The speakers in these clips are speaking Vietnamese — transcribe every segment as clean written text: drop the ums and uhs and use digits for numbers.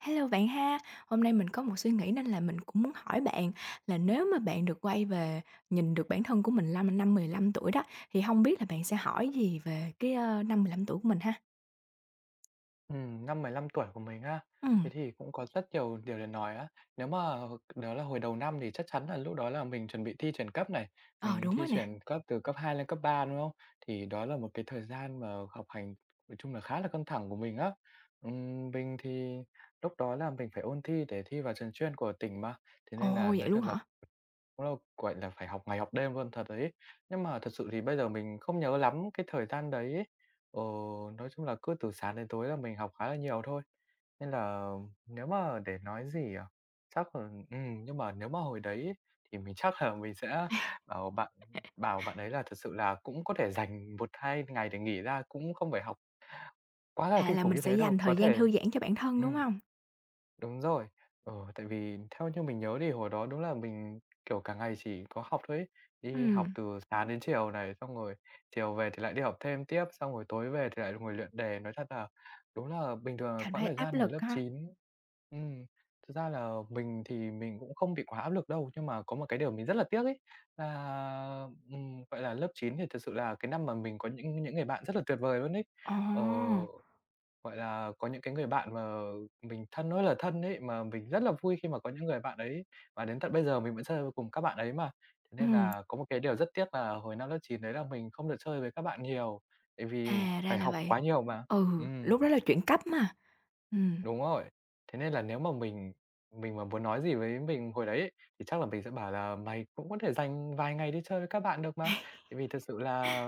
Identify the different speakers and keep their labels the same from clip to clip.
Speaker 1: Hello bạn ha, hôm nay mình có một suy nghĩ nên là mình cũng muốn hỏi bạn là nếu mà bạn được quay về nhìn được bản thân của mình lăm năm 15 tuổi đó, thì không biết là bạn sẽ hỏi gì về năm 15 tuổi của mình ha?
Speaker 2: Năm 15 tuổi của mình á,
Speaker 1: Ừm,
Speaker 2: thế thì cũng có rất nhiều điều để nói á. Nếu mà đó là hồi đầu năm thì chắc chắn là lúc đó là mình chuẩn bị thi chuyển cấp này,
Speaker 1: ờ,
Speaker 2: mình
Speaker 1: đúng
Speaker 2: thi
Speaker 1: rồi nè.
Speaker 2: chuyển cấp từ cấp 2 lên cấp 3 đúng không? Thì đó là một cái thời gian mà học hành nói chung là khá là căng thẳng của mình á. Mình thì lúc đó là mình phải ôn thi để thi vào trường chuyên của tỉnh mà, thế nên là
Speaker 1: Ồ, vậy
Speaker 2: nói
Speaker 1: luôn
Speaker 2: thật là
Speaker 1: hả?
Speaker 2: đúng là, gọi là, phải học ngày học đêm luôn, thật đấy ấy. Nhưng mà thật sự thì bây giờ mình không nhớ lắm cái thời gian đấy ấy. Ờ, nói chung là cứ từ sáng đến tối là mình học khá là nhiều thôi. Nên là nếu mà để nói gì, chắc là, nhưng mà nếu mà hồi đấy ấy, thì mình chắc là mình sẽ bảo bạn bảo bạn ấy là thật sự là cũng có thể dành một 2 ngày để nghỉ ra, cũng không phải học quá là
Speaker 1: À,
Speaker 2: kinh
Speaker 1: là
Speaker 2: khủng
Speaker 1: mình
Speaker 2: như
Speaker 1: sẽ
Speaker 2: thế đâu,
Speaker 1: dành
Speaker 2: có
Speaker 1: thời gian
Speaker 2: thể.
Speaker 1: thư giãn cho bản thân, đúng
Speaker 2: Ừm.
Speaker 1: không?
Speaker 2: Đúng rồi. Tại vì theo như mình nhớ thì hồi đó đúng là mình, kiểu, cả ngày chỉ có học thôi ấy, đi học
Speaker 1: Ừm.
Speaker 2: từ sáng đến chiều này, xong rồi chiều về thì lại đi học thêm tiếp, xong rồi tối về thì lại ngồi luyện đề. Nói thật là đúng là bình thường là
Speaker 1: Cảm
Speaker 2: quãng
Speaker 1: thấy
Speaker 2: thời
Speaker 1: áp
Speaker 2: gian
Speaker 1: lực
Speaker 2: hồi lớp
Speaker 1: ha.
Speaker 2: chín. Ừm, thực ra là mình thì mình cũng không bị quá áp lực đâu, nhưng mà có một cái điều mình rất là tiếc ấy, là, gọi là, lớp 9 thì thật sự là cái năm mà mình có những người bạn rất là tuyệt vời luôn ấy.
Speaker 1: Ồ,
Speaker 2: Ờ. Gọi là, có những cái người bạn mà mình thân ơi là thân ấy, mà mình rất là vui khi mà có những người bạn ấy, và đến tận bây giờ mình vẫn chơi cùng các bạn ấy mà. Thế nên
Speaker 1: ừm,
Speaker 2: là có một cái điều rất tiếc là hồi năm lớp 9 đấy là mình không được chơi với các bạn nhiều, tại vì
Speaker 1: à, ra
Speaker 2: phải
Speaker 1: là
Speaker 2: học
Speaker 1: vậy.
Speaker 2: quá nhiều mà.
Speaker 1: Ừ,
Speaker 2: Ừm.
Speaker 1: lúc đó là chuyện cấp mà. Ừm.
Speaker 2: Đúng rồi. Thế nên là nếu mà mình mà muốn nói gì với mình hồi đấy ấy, thì chắc là mình sẽ bảo là "Mày cũng có thể dành vài ngày đi chơi với các bạn được mà."
Speaker 1: Ừm,
Speaker 2: Tại vì thật sự là,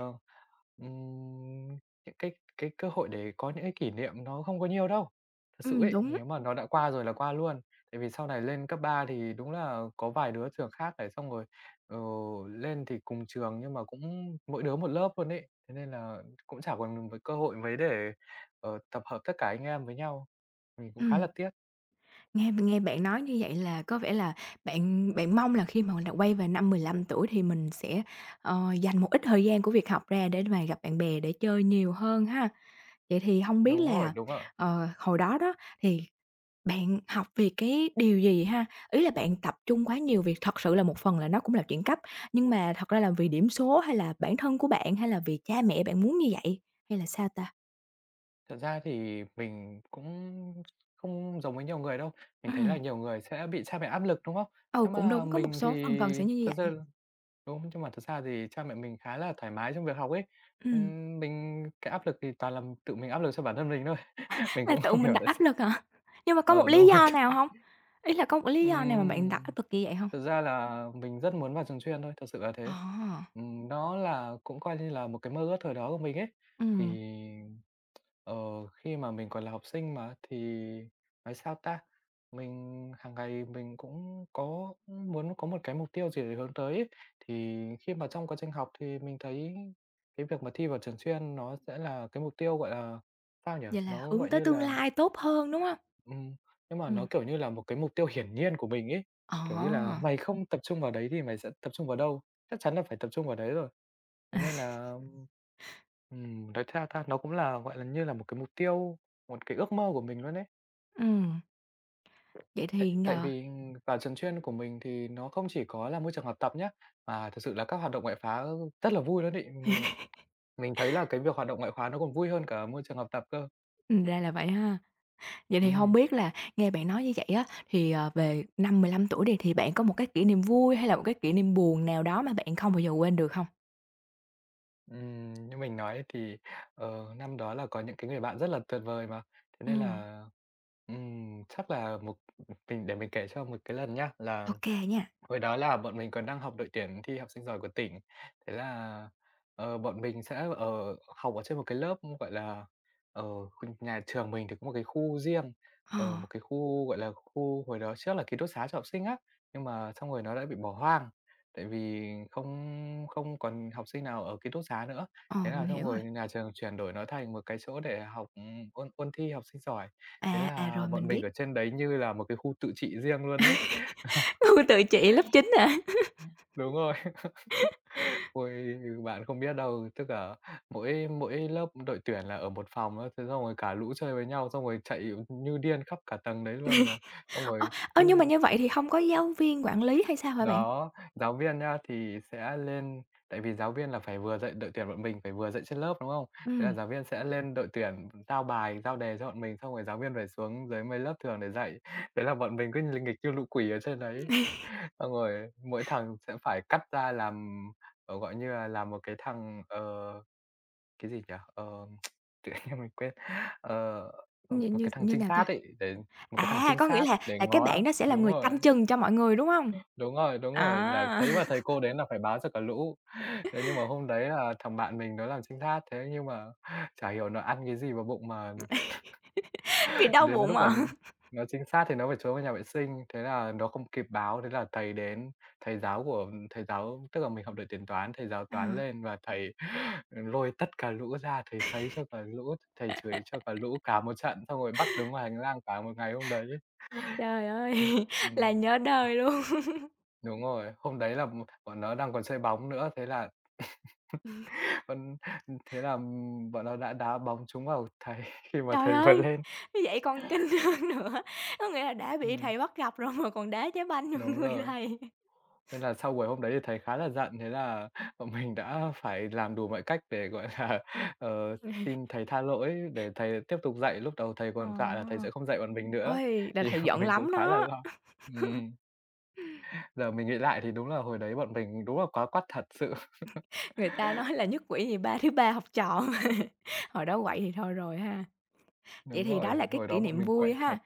Speaker 2: ừm, những cái cơ hội để có những cái kỷ niệm nó không có nhiều đâu. Thật sự ấy,
Speaker 1: đúng,
Speaker 2: nếu mà nó đã qua rồi là qua luôn. Tại vì sau này lên cấp 3 thì đúng là có vài đứa trường khác này, xong rồi, ờ, lên thì cùng trường nhưng mà cũng mỗi đứa một lớp luôn ấy. Thế nên là cũng chả còn một cơ hội mấy để, tập hợp tất cả anh em với nhau. Mình cũng khá
Speaker 1: ừm.
Speaker 2: là tiếc.
Speaker 1: Nghe nghe bạn nói như vậy là có vẻ là bạn bạn mong là khi mà mình đã quay về năm 15 tuổi thì mình sẽ, dành một ít thời gian của việc học ra để mà gặp bạn bè, để chơi nhiều hơn ha. Vậy thì không biết
Speaker 2: Đúng rồi,
Speaker 1: là,
Speaker 2: đúng rồi.
Speaker 1: hồi đó đó thì bạn học về cái điều gì ha? Ý là bạn tập trung quá nhiều việc thật sự là một phần là nó cũng là chuyển cấp, nhưng mà thật ra là vì điểm số hay là bản thân của bạn, hay là vì cha mẹ bạn muốn như vậy, hay là sao ta?
Speaker 2: Thật ra thì mình cũng không giống với nhiều người đâu. Mình thấy
Speaker 1: Ừm,
Speaker 2: là nhiều người sẽ bị cha mẹ áp lực, đúng không?
Speaker 1: ừ,
Speaker 2: Nhưng
Speaker 1: cũng
Speaker 2: mà
Speaker 1: đúng, có một
Speaker 2: mình thì
Speaker 1: số phần phần sẽ như
Speaker 2: thật ra
Speaker 1: vậy.
Speaker 2: đúng, nhưng mà thật ra thì cha mẹ mình khá là thoải mái trong việc học ấy.
Speaker 1: Ừm.
Speaker 2: Mình cái áp lực thì toàn là tự mình áp lực cho bản thân mình thôi, mình
Speaker 1: Là
Speaker 2: cũng
Speaker 1: tự
Speaker 2: không
Speaker 1: mình
Speaker 2: hiểu
Speaker 1: đặt
Speaker 2: tại
Speaker 1: áp
Speaker 2: sao.
Speaker 1: lực hả? Nhưng mà có một
Speaker 2: Ờ,
Speaker 1: lý
Speaker 2: đúng rồi.
Speaker 1: do nào hông? Ý là có một lý do nào mà bạn đặt
Speaker 2: Ừm,
Speaker 1: áp lực như vậy hông?
Speaker 2: Thực ra là mình rất muốn vào trường chuyên thôi, thật sự là
Speaker 1: Ờ,
Speaker 2: thế. Nó là cũng coi như là một cái mơ ước thời đó của mình ấy.
Speaker 1: ừm,
Speaker 2: Thì, Ờ, khi mà mình còn là học sinh mà, thì nói sao ta? Mình hàng ngày mình cũng có muốn có một cái mục tiêu gì để hướng tới ấy. Thì khi mà trong quá trình học thì mình thấy cái việc mà thi vào trường chuyên nó sẽ là cái mục tiêu, gọi là, sao nhỉ?
Speaker 1: vậy là
Speaker 2: Nó,
Speaker 1: hướng
Speaker 2: gọi
Speaker 1: tới
Speaker 2: như
Speaker 1: tương
Speaker 2: là,
Speaker 1: lai tốt hơn, đúng hông?
Speaker 2: ừm, nhưng mà nó,
Speaker 1: Ừm,
Speaker 2: kiểu như là, một cái mục tiêu hiển nhiên của mình ấy.
Speaker 1: ờ.
Speaker 2: Kiểu như là, mày không tập trung vào đấy thì mày sẽ tập trung vào đâu? Chắc chắn là phải tập trung vào đấy rồi. Thế nên là, nói theo ta nó cũng là, gọi là, như là một cái mục tiêu, một cái ước mơ của mình luôn đấy.
Speaker 1: Ừm, vậy
Speaker 2: Tại
Speaker 1: thì,
Speaker 2: tại vì vào trường chuyên của mình thì nó không chỉ có là môi trường học tập nhá, mà thực sự là các hoạt động ngoại khóa rất là vui luôn ấy. Mình thấy là cái việc hoạt động ngoại khóa nó còn vui hơn cả môi trường học tập cơ.
Speaker 1: ra là vậy ha. Vậy thì hông
Speaker 2: Ừm,
Speaker 1: biết là nghe bạn nói như vậy á, thì, về năm 15 tuổi đi, thì bạn có một cái kỷ niệm vui hay là một cái kỷ niệm buồn nào đó mà bạn không bao giờ quên được hông?
Speaker 2: Như mình nói thì, năm đó là có những cái người bạn rất là tuyệt vời mà, thế nên
Speaker 1: Ừm,
Speaker 2: là, chắc là mình để mình kể cho một cái lần nhá, là
Speaker 1: ô kê nha.
Speaker 2: hồi đó là bọn mình còn đang học đội tuyển thi học sinh giỏi của tỉnh. Thế là, bọn mình sẽ, học ở trên một cái lớp, gọi là, ở nhà trường mình thì có một cái khu riêng,
Speaker 1: Ờ,
Speaker 2: ở một cái khu, gọi là, khu hồi đó trước là ký túc xá cho học sinh á, nhưng mà xong rồi nó đã bị bỏ hoang, tại vì không không còn học sinh nào ở ký túc xá nữa.
Speaker 1: ờ,
Speaker 2: Thế là
Speaker 1: mình
Speaker 2: xong
Speaker 1: hiểu rồi.
Speaker 2: rồi nhà trường chuyển đổi nó thành một cái chỗ để học, ôn ôn thi học sinh giỏi. Thế
Speaker 1: À, à,
Speaker 2: là
Speaker 1: rồi, mình
Speaker 2: bọn mình
Speaker 1: biết.
Speaker 2: ở trên đấy như là một cái khu tự trị riêng luôn ấy.
Speaker 1: Ừ, tự chỉ lớp 9 hả?
Speaker 2: Đúng rồi. Ôi, bạn không biết đâu, tức là mỗi mỗi lớp đội tuyển là ở một phòng á, thế xong rồi cả lũ chơi với nhau, xong rồi chạy như điên khắp cả tầng đấy luôn mà. Xong
Speaker 1: Ơ,
Speaker 2: rồi
Speaker 1: ơ, nhưng
Speaker 2: cứ
Speaker 1: mà như vậy thì hông có giáo viên quản lý hay sao hả bạn?
Speaker 2: đó, giáo viên nhá, thì sẽ lên, tại vì giáo viên là phải vừa dạy đội tuyển bọn mình, phải vừa dạy trên lớp, đúng không? Thế là
Speaker 1: Ừm,
Speaker 2: giáo viên sẽ lên đội tuyển giao bài, giao đề cho bọn mình, xong rồi giáo viên phải xuống dưới mấy lớp thường để dạy. Thế là bọn mình cứ nghịch như lũ quỷ ở trên đấy. Xong rồi mỗi thằng sẽ phải cắt ra làm, gọi như là, làm một cái thằng, cái gì nhỉ? Ờ, tự nhiên mình quên. Ờ,
Speaker 1: như
Speaker 2: Một
Speaker 1: như
Speaker 2: cái thằng
Speaker 1: như
Speaker 2: trinh
Speaker 1: nào ta?
Speaker 2: sát ấy, để một cái thằng
Speaker 1: À,
Speaker 2: trinh
Speaker 1: có nghĩa
Speaker 2: sát
Speaker 1: là
Speaker 2: để
Speaker 1: là cái
Speaker 2: ngó.
Speaker 1: bạn đó sẽ là
Speaker 2: Đúng
Speaker 1: người
Speaker 2: rồi.
Speaker 1: canh chừng cho mọi người, đúng hông?
Speaker 2: Đúng rồi, đúng rồi, là
Speaker 1: À,
Speaker 2: thấy mà thầy cô đến là phải báo cho cả lũ. Thế nhưng mà hôm đấy là thằng bạn mình nó làm trinh sát, thế nhưng mà chả hiểu nó ăn cái gì vào bụng mà
Speaker 1: bị đau
Speaker 2: đến
Speaker 1: bụng
Speaker 2: lúc mà
Speaker 1: à?
Speaker 2: nó trinh sát thì nó phải trốn vào nhà vệ sinh, thế là nó không kịp báo, thế là thầy đến, thầy giáo tức là mình học đội tuyển toán, thầy giáo
Speaker 1: Ờ.
Speaker 2: toán lên và thầy lôi tất cả lũ ra, thầy sấy cho cả lũ, thầy chửi cho cả lũ cả một trận, xong rồi bắt đứng ngoài hành lang cả một ngày hôm đấy.
Speaker 1: Trời ơi,
Speaker 2: Ừm,
Speaker 1: là nhớ đời luôn.
Speaker 2: Đúng rồi, hôm đấy là bọn nó đang còn chơi bóng nữa, thế là Ừm, thế là, bọn nó đã đá bóng trúng vào thầy khi mà
Speaker 1: Trời
Speaker 2: thầy vừa
Speaker 1: ơi,
Speaker 2: lên.
Speaker 1: như vậy còn kinh hơn nữa, có nghĩa là đã bị
Speaker 2: Ừm,
Speaker 1: thầy bắt gặp rồi mà còn đá trái banh vô
Speaker 2: đúng
Speaker 1: người
Speaker 2: rồi.
Speaker 1: thầy.
Speaker 2: Nên là sau buổi hôm đấy thì thầy khá là giận, thế là bọn mình đã phải làm đủ mọi cách để, gọi là, ờ, xin thầy tha lỗi để thầy tiếp tục dạy. Lúc đầu thầy
Speaker 1: Ờ,
Speaker 2: còn dọa là thầy sẽ không dạy bọn mình nữa,
Speaker 1: ôi, là
Speaker 2: thì
Speaker 1: thầy
Speaker 2: bọn
Speaker 1: giận
Speaker 2: mình cũng
Speaker 1: lắm
Speaker 2: khá là
Speaker 1: đó.
Speaker 2: lo. Ừm, Giờ mình nghĩ lại thì đúng là hồi đấy bọn mình đúng là quá quắt thật sự.
Speaker 1: Người ta nói là "Nhất quỷ nhì ba, thứ ba học trò" mà, hồi đó quậy thì thôi rồi ha. Vậy
Speaker 2: Đúng
Speaker 1: thì đó
Speaker 2: rồi,
Speaker 1: là cái
Speaker 2: hồi
Speaker 1: kỷ
Speaker 2: đó bọn
Speaker 1: niệm
Speaker 2: mình quậy
Speaker 1: vui
Speaker 2: thật.
Speaker 1: ha.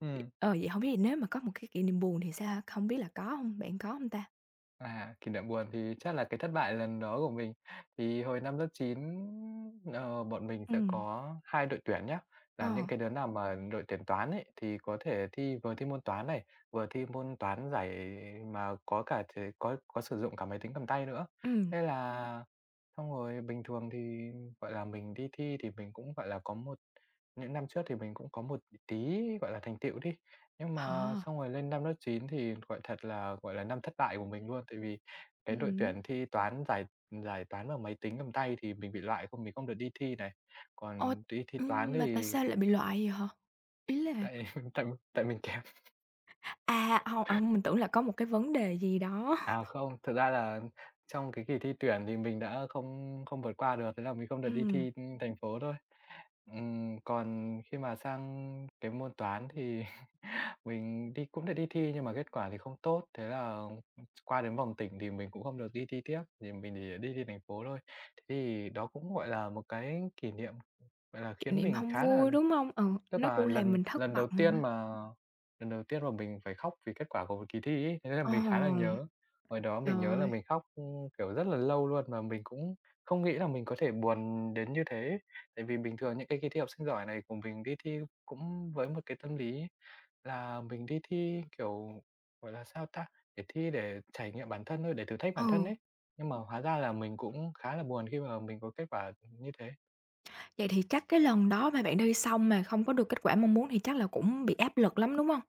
Speaker 2: Ừm.
Speaker 1: Ờ, vậy không biết thì nếu mà có một cái kỷ niệm buồn thì sao ha? Không biết là có không? Bạn có không ta?
Speaker 2: À, kỷ niệm buồn thì chắc là cái thất bại lần đó của mình. Thì hồi năm lớp chín, bọn mình sẽ
Speaker 1: Ừm,
Speaker 2: có 2 đội tuyển nhá, là
Speaker 1: ờ,
Speaker 2: những cái đứa nào mà đội tuyển toán ấy, thì có thể thi vừa thi môn toán này, vừa thi môn toán giải mà có cả thể có sử dụng cả máy tính cầm tay nữa.
Speaker 1: ừm,
Speaker 2: Thế là xong rồi bình thường thì, gọi là, mình đi thi thì mình cũng, gọi là, có một những năm trước thì mình cũng có một tí, gọi là, thành tựu đi. Nhưng mà
Speaker 1: ờ,
Speaker 2: xong rồi lên năm lớp 9 thì, gọi thật là, gọi là, năm thất bại của mình luôn, tại vì cái đội
Speaker 1: hứm.
Speaker 2: tuyển thi toán giải giải toán bằng máy tính cầm tay thì mình bị loại không mình không được đi thi này.
Speaker 1: Ồ,
Speaker 2: Còn đi thi toán
Speaker 1: mà tại
Speaker 2: thì
Speaker 1: sao lại bị loại vậy hả? Ý là
Speaker 2: tại tại tại mình kém.
Speaker 1: à, không hông, à, mình tưởng là có một cái vấn đề gì đó.
Speaker 2: À, không, thực ra là trong cái kỳ thi tuyển thì mình đã không không vượt qua được, thế là mình không được đi
Speaker 1: Ừm,
Speaker 2: thi, thành phố thôi. Còn khi mà sang cái môn toán thì mình cũng đã đi thi nhưng mà kết quả thì không tốt, thế là, qua đến vòng tỉnh thì mình cũng không được đi thi tiếp, thì mình chỉ đi thi thành phố thôi. Thế thì đó cũng, gọi là, một cái kỷ niệm, gọi là,
Speaker 1: kỷ
Speaker 2: khiến
Speaker 1: niệm
Speaker 2: mình
Speaker 1: không
Speaker 2: khá là.
Speaker 1: vui, đúng không? Ừ,
Speaker 2: Tức
Speaker 1: nó
Speaker 2: là
Speaker 1: cũng làm
Speaker 2: lần
Speaker 1: mình thất
Speaker 2: lần đầu
Speaker 1: vọng ha.
Speaker 2: tiên mà lần đầu tiên mà mình phải khóc vì kết quả của một kỳ thi ấy, thế nên là
Speaker 1: Ờ,
Speaker 2: mình khá là nhớ. Hồi đó mình nhớ là
Speaker 1: trời
Speaker 2: mình khóc, kiểu, rất là lâu luôn mà mình cũng không nghĩ là mình có thể buồn đến như thế. Tại vì bình thường những cái kỳ thi học sinh giỏi này của mình đi thi cũng với một cái tâm lý là mình đi thi, kiểu, gọi là, sao ta? Để thi để trải nghiệm bản thân thôi, để thử thách bản thân
Speaker 1: ừ.
Speaker 2: ấy. Nhưng mà hóa ra là mình cũng khá là buồn khi mà mình có kết quả như thế.
Speaker 1: Vậy thì chắc cái lần đó mà bạn đi xong mà không có được kết quả mong muốn thì chắc là cũng bị áp lực lắm, đúng không?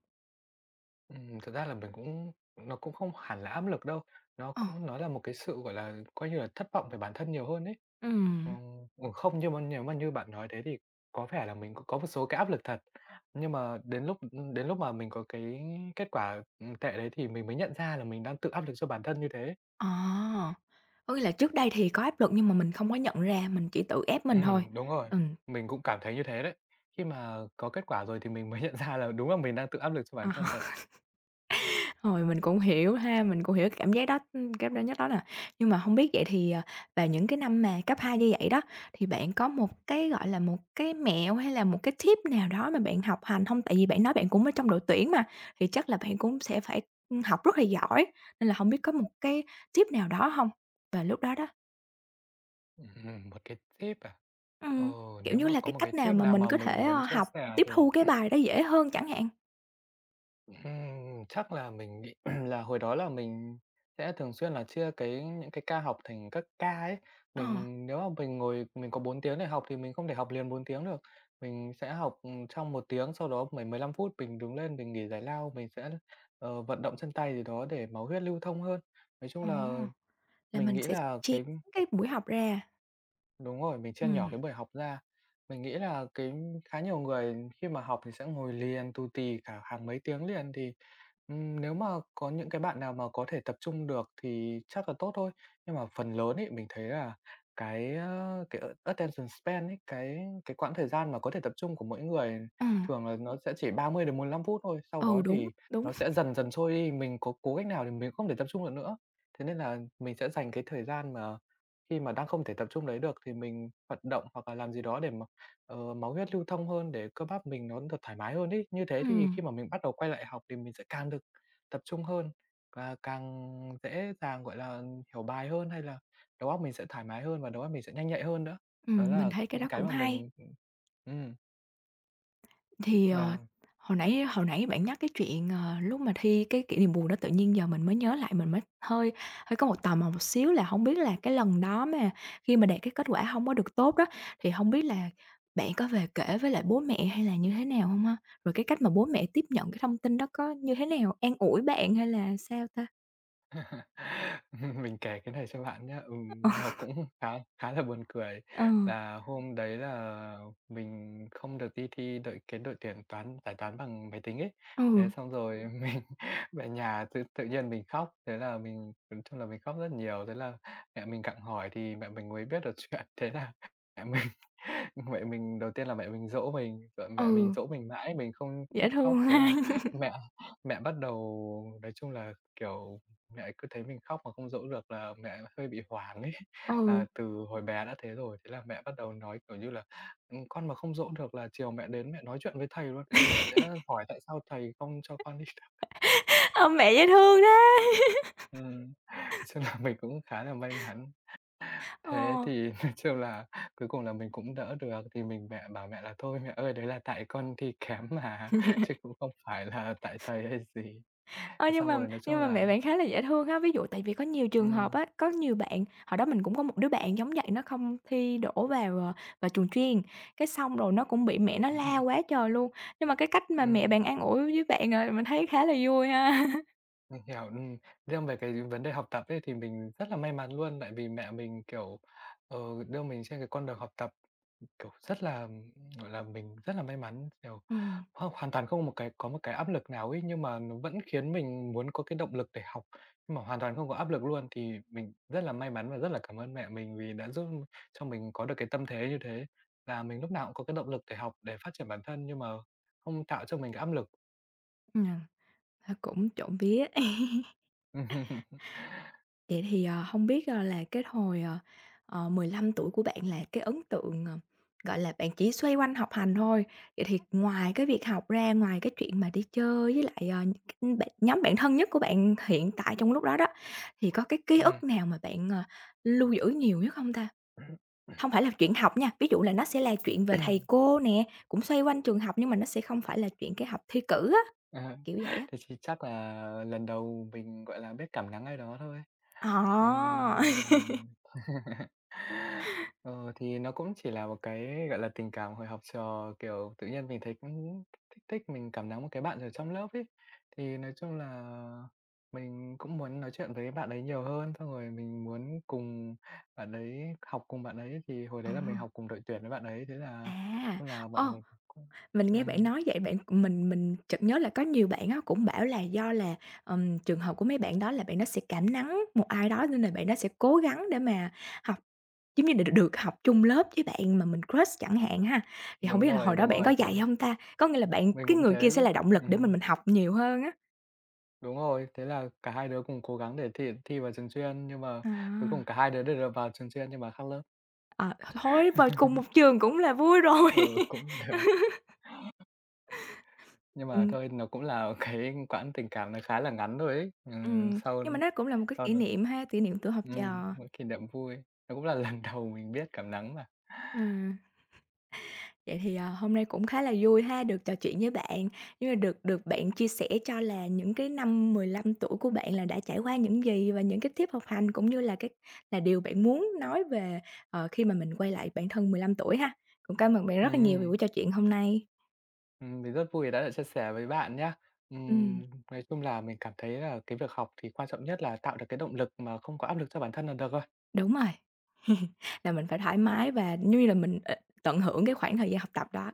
Speaker 2: Thật ra là mình cũng nó cũng không hẳn là áp lực đâu,
Speaker 1: Ờ.
Speaker 2: nó là một cái sự, gọi là, coi như là thất vọng về bản thân nhiều hơn ấy.
Speaker 1: Ừm.
Speaker 2: Ừ, không, nhưng mà nếu mà như bạn nói thế thì có vẻ là mình cũng có một số cái áp lực thật, nhưng mà đến lúc mà mình có cái kết quả, tệ đấy thì mình mới nhận ra là mình đang tự áp lực cho bản thân như thế.
Speaker 1: Ờ, có nghĩa là trước đây thì có áp lực nhưng mà mình không có nhận ra, mình chỉ tự ép mình thôi.
Speaker 2: Đúng rồi,
Speaker 1: Ừm,
Speaker 2: mình cũng cảm thấy như thế đấy. Khi mà có kết quả rồi thì mình mới nhận ra là đúng là mình đang tự áp lực cho
Speaker 1: ờ.
Speaker 2: bản thân thật.
Speaker 1: Rồi, mình cũng hiểu ha, mình cũng hiểu cái cảm giác đó, cảm giác nhất đó nè. Nhưng mà không biết vậy thì, vào những cái năm mà cấp 2 như vậy đó, thì bạn có một cái, gọi là, một cái mẹo hay là một cái tip nào đó mà bạn học hành không? Tại vì bạn nói bạn cũng ở trong đội tuyển mà, thì chắc là bạn cũng sẽ phải học rất là giỏi, nên là không biết có một cái tip nào đó không? Và lúc đó đó
Speaker 2: Một cái tip à? Ờ,
Speaker 1: ừm, kiểu
Speaker 2: nếu
Speaker 1: như
Speaker 2: mà
Speaker 1: là,
Speaker 2: có
Speaker 1: cái
Speaker 2: một cái
Speaker 1: cách nào
Speaker 2: tip
Speaker 1: mà
Speaker 2: nào
Speaker 1: mình
Speaker 2: mà
Speaker 1: có thể,
Speaker 2: mình muốn chia
Speaker 1: học
Speaker 2: sẻ
Speaker 1: tiếp
Speaker 2: thì.
Speaker 1: thu cái bài đó dễ hơn chẳng hạn?
Speaker 2: Chắc là mình nghĩ là hồi đó là mình sẽ thường xuyên là chia những cái ca học thành các ca ấy.
Speaker 1: Ờ,
Speaker 2: Nếu mà mình ngồi mình có 4 tiếng để học thì mình không thể học liền 4 tiếng được. Mình sẽ học, trong 1 tiếng, sau đó 10 15 phút mình đứng lên mình nghỉ giải lao, mình sẽ, vận động chân tay gì đó để máu huyết lưu thông hơn. Nói chung
Speaker 1: ồ,
Speaker 2: là
Speaker 1: là
Speaker 2: mình
Speaker 1: mình
Speaker 2: nghĩ
Speaker 1: sẽ
Speaker 2: là
Speaker 1: chia
Speaker 2: cái.
Speaker 1: cái buổi học ra.
Speaker 2: Đúng rồi, mình chia nhỏ
Speaker 1: Ừm,
Speaker 2: cái buổi học ra. Mình nghĩ là cái khá nhiều người khi mà học thì sẽ ngồi liền tù tì cả hàng mấy tiếng liền thì, nếu mà có những cái bạn nào mà có thể tập trung được thì chắc là tốt thôi. Nhưng mà phần lớn ấy, mình thấy là cái, cái attention span ấy, cái quãng thời gian mà có thể tập trung của mỗi người
Speaker 1: ờ.
Speaker 2: thường là nó sẽ chỉ 30 đến 45 phút thôi, sau
Speaker 1: Ừ,
Speaker 2: đó
Speaker 1: đúng,
Speaker 2: thì
Speaker 1: đúng.
Speaker 2: nó sẽ dần dần trôi đi, mình có cố cách nào thì mình không thể tập trung được nữa. Thế nên là mình sẽ dành cái thời gian mà khi mà đang không thể tập trung đấy được thì mình vận động hoặc là làm gì đó để mà, máu huyết lưu thông hơn, để cơ bắp mình nó được thoải mái hơn ấy. Như thế thì
Speaker 1: Ừm,
Speaker 2: khi mà mình bắt đầu quay lại học thì mình sẽ càng được tập trung hơn và càng dễ dàng, gọi là, hiểu bài hơn, hay là đầu óc mình sẽ thoải mái hơn và đầu óc mình sẽ nhanh nhạy hơn nữa. Đó
Speaker 1: mình
Speaker 2: là
Speaker 1: thấy cái
Speaker 2: những
Speaker 1: đó
Speaker 2: cái
Speaker 1: cũng
Speaker 2: mà
Speaker 1: hay.
Speaker 2: mình
Speaker 1: Thì,
Speaker 2: và
Speaker 1: hồi nãy bạn nhắc cái chuyện, lúc mà thi cái kỷ niệm buồn đó tự nhiên giờ mình mới nhớ lại, mình mới hơi hơi có một tò mò một xíu là hổng biết là cái lần đó mà khi mà đạt cái kết quả hông có được tốt đó, thì hông biết là bạn có về kể với lại bố mẹ hay là như thế nào hông ha? Rồi cái cách mà bố mẹ tiếp nhận cái thông tin đó có như thế nào? An ủi bạn hay là sao ta?
Speaker 2: mình kể cái này cho bạn nhá.
Speaker 1: Ờ,
Speaker 2: Nó cũng khá khá là buồn cười,
Speaker 1: ừ,
Speaker 2: là hôm đấy là mình không được đi thi cái đội tuyển toán giải toán bằng máy tính ấy.
Speaker 1: ừ,
Speaker 2: Thế xong rồi mình về nhà tự tự nhiên mình khóc, thế là mình nói chung là mình khóc rất nhiều, thế là mẹ mình gặng hỏi thì mẹ mình mới biết được chuyện. Thế là mẹ mình mẹ mình đầu tiên là mẹ mình dỗ mình, rồi mẹ mình
Speaker 1: ừ,
Speaker 2: dỗ mình mãi, mình không
Speaker 1: dễ
Speaker 2: hết khóc.
Speaker 1: thương
Speaker 2: Thế
Speaker 1: ha.
Speaker 2: là mẹ mẹ bắt đầu nói chung là, kiểu. Mẹ cứ thấy mình khóc mà không dỗ được là mẹ hơi bị hoảng ấy.
Speaker 1: Ừ.
Speaker 2: Là từ hồi bé đã thế rồi, thế là mẹ bắt đầu nói, kiểu như là, "Con mà không dỗ được là chiều mẹ đến mẹ nói chuyện với thầy luôn đấy, mẹ sẽ hỏi tại sao thầy không cho con đi được."
Speaker 1: Ơ, mẹ dễ thương thế!
Speaker 2: Ừm, chứ là mình cũng khá là may mắn.
Speaker 1: Ờ,
Speaker 2: Thế thì nói chung là cuối cùng là mình cũng đỡ được, thì mình mẹ bảo mẹ là "Thôi mẹ ơi, đấy là tại con thi kém mà, chứ cũng không phải là tại thầy hay gì."
Speaker 1: ơ, nhưng
Speaker 2: Xong
Speaker 1: mà
Speaker 2: rồi nói chung
Speaker 1: nhưng mà
Speaker 2: là
Speaker 1: mẹ bạn khá là dễ thương ha. Ví dụ tại vì có nhiều trường hợp
Speaker 2: ừm,
Speaker 1: á, có nhiều bạn hồi đó mình cũng có một đứa bạn giống vậy, nó không thi đỗ vào, vào trường chuyên, cái xong rồi nó cũng bị mẹ nó la
Speaker 2: ừm.
Speaker 1: quá trời luôn. Nhưng mà cái cách mà mẹ bạn an ủi với bạn, mình thấy khá là vui ha.
Speaker 2: Mình hiểu. Riêng về cái vấn đề học tập ấy thì mình rất là may mắn luôn, tại vì mẹ mình, kiểu, ờ, đưa mình trên cái con đường học tập, kiểu, rất là, gọi là, mình rất là may mắn, kiểu,
Speaker 1: Ừm,
Speaker 2: hoàn toàn không một cái có một cái áp lực nào ấy, nhưng mà nó vẫn khiến mình muốn có cái động lực để học, nhưng mà hoàn toàn không có áp lực luôn. Thì mình rất là may mắn và rất là cảm ơn mẹ mình vì đã giúp cho mình có được cái tâm thế như thế, là mình lúc nào cũng có cái động lực để học, để phát triển bản thân nhưng mà không tạo cho mình cái áp lực.
Speaker 1: ừm, thôi cũng trộm vía. Vậy thì, hông biết, là cái hồi, 15 tuổi của bạn là cái ấn tượng, gọi là, bạn chỉ xoay quanh học hành thôi. Vậy thì ngoài cái việc học ra, ngoài cái chuyện mà đi chơi với lại, ờ, ưm, bạn nhóm bạn thân nhất của bạn hiện tại trong lúc đó đó, thì có cái ký
Speaker 2: Ừm.
Speaker 1: ức nào mà bạn, lưu giữ nhiều nhất không ta? Không phải là chuyện học nha, ví dụ là nó sẽ là chuyện về thầy cô nè, cũng xoay quanh trường học nhưng mà nó sẽ không phải là chuyện cái học thi cử á,
Speaker 2: Ờ.
Speaker 1: kiểu vậy á.
Speaker 2: Thế thì chắc là lần đầu mình, gọi là, biết cảm nắng ai đó thôi.
Speaker 1: Ờ.
Speaker 2: Ừm. Ờ, thì nó cũng chỉ là một cái, gọi là, tình cảm hồi học trò, kiểu, tự nhiên mình thấy cũng thích thích, mình cảm nắng một cái bạn ở trong lớp ấy. Thì nói chung là mình cũng muốn nói chuyện với bạn ấy nhiều hơn, xong rồi mình muốn cùng bạn ấy học cùng bạn ấy, thì hồi
Speaker 1: Ờ,
Speaker 2: đấy là mình học cùng đội tuyển với bạn ấy, thế là
Speaker 1: à,
Speaker 2: chung là mọi
Speaker 1: ờ.
Speaker 2: người cũng
Speaker 1: Mình nghe bạn
Speaker 2: ừm,
Speaker 1: nói vậy bạn mình chợt nhớ là có nhiều bạn á cũng bảo là do là, trường hợp của mấy bạn đó là bạn đó sẽ cảm nắng một ai đó nên là bạn đó sẽ cố gắng để mà học, giống như, được được học chung lớp với bạn mà mình crush chẳng hạn ha. Thì không biết là hồi đó
Speaker 2: đúng
Speaker 1: bạn có
Speaker 2: rồi, thế.
Speaker 1: dạy không ta? Có nghĩa là bạn
Speaker 2: Mình
Speaker 1: cái
Speaker 2: cũng
Speaker 1: người kia
Speaker 2: thế
Speaker 1: sẽ
Speaker 2: chứ.
Speaker 1: là động lực để mình
Speaker 2: Ừm,
Speaker 1: mình học nhiều hơn á.
Speaker 2: đúng rồi, thế là cả hai đứa cùng cố gắng để thi thi vào trường chuyên, nhưng mà
Speaker 1: À.
Speaker 2: cuối cùng cả hai đứa đều được vào trường chuyên nhưng mà khác lớp.
Speaker 1: Ờ, thôi vào cùng một trường cũng là vui rồi.
Speaker 2: Ừ, cũng được, nhưng mà
Speaker 1: Ừm,
Speaker 2: thôi nó cũng là cái quãng tình cảm nó khá là ngắn thôi ấy. Sau
Speaker 1: nhưng mà nó cũng là một cái
Speaker 2: sau
Speaker 1: kỷ
Speaker 2: đó
Speaker 1: niệm ha, kỷ niệm tuổi học trò.
Speaker 2: một kỷ niệm vui, nó cũng là lần đầu mình biết cảm nắng mà.
Speaker 1: Ờ. Vậy thì, à, hôm nay cũng khá là vui ha, được trò chuyện với bạn, nhưng mà được được bạn chia sẻ cho là những cái năm 15 tuổi của bạn là đã trải qua những gì và những cái tiếp học hành cũng như là cái là điều bạn muốn nói về, khi mà mình quay lại bản thân 15 tuổi ha. Cũng cảm ơn bạn rất là nhiều vì
Speaker 2: Ừm,
Speaker 1: buổi trò chuyện hôm nay.
Speaker 2: mình rất vui đã được chia sẻ với bạn nhá.
Speaker 1: Ừm,
Speaker 2: Nói chung là mình cảm thấy là cái việc học thì quan trọng nhất là tạo được cái động lực mà không có áp lực cho bản thân là được rồi.
Speaker 1: đúng rồi, là mình phải thoải mái và như là mình, tận hưởng cái khoảng thời gian học tập đó.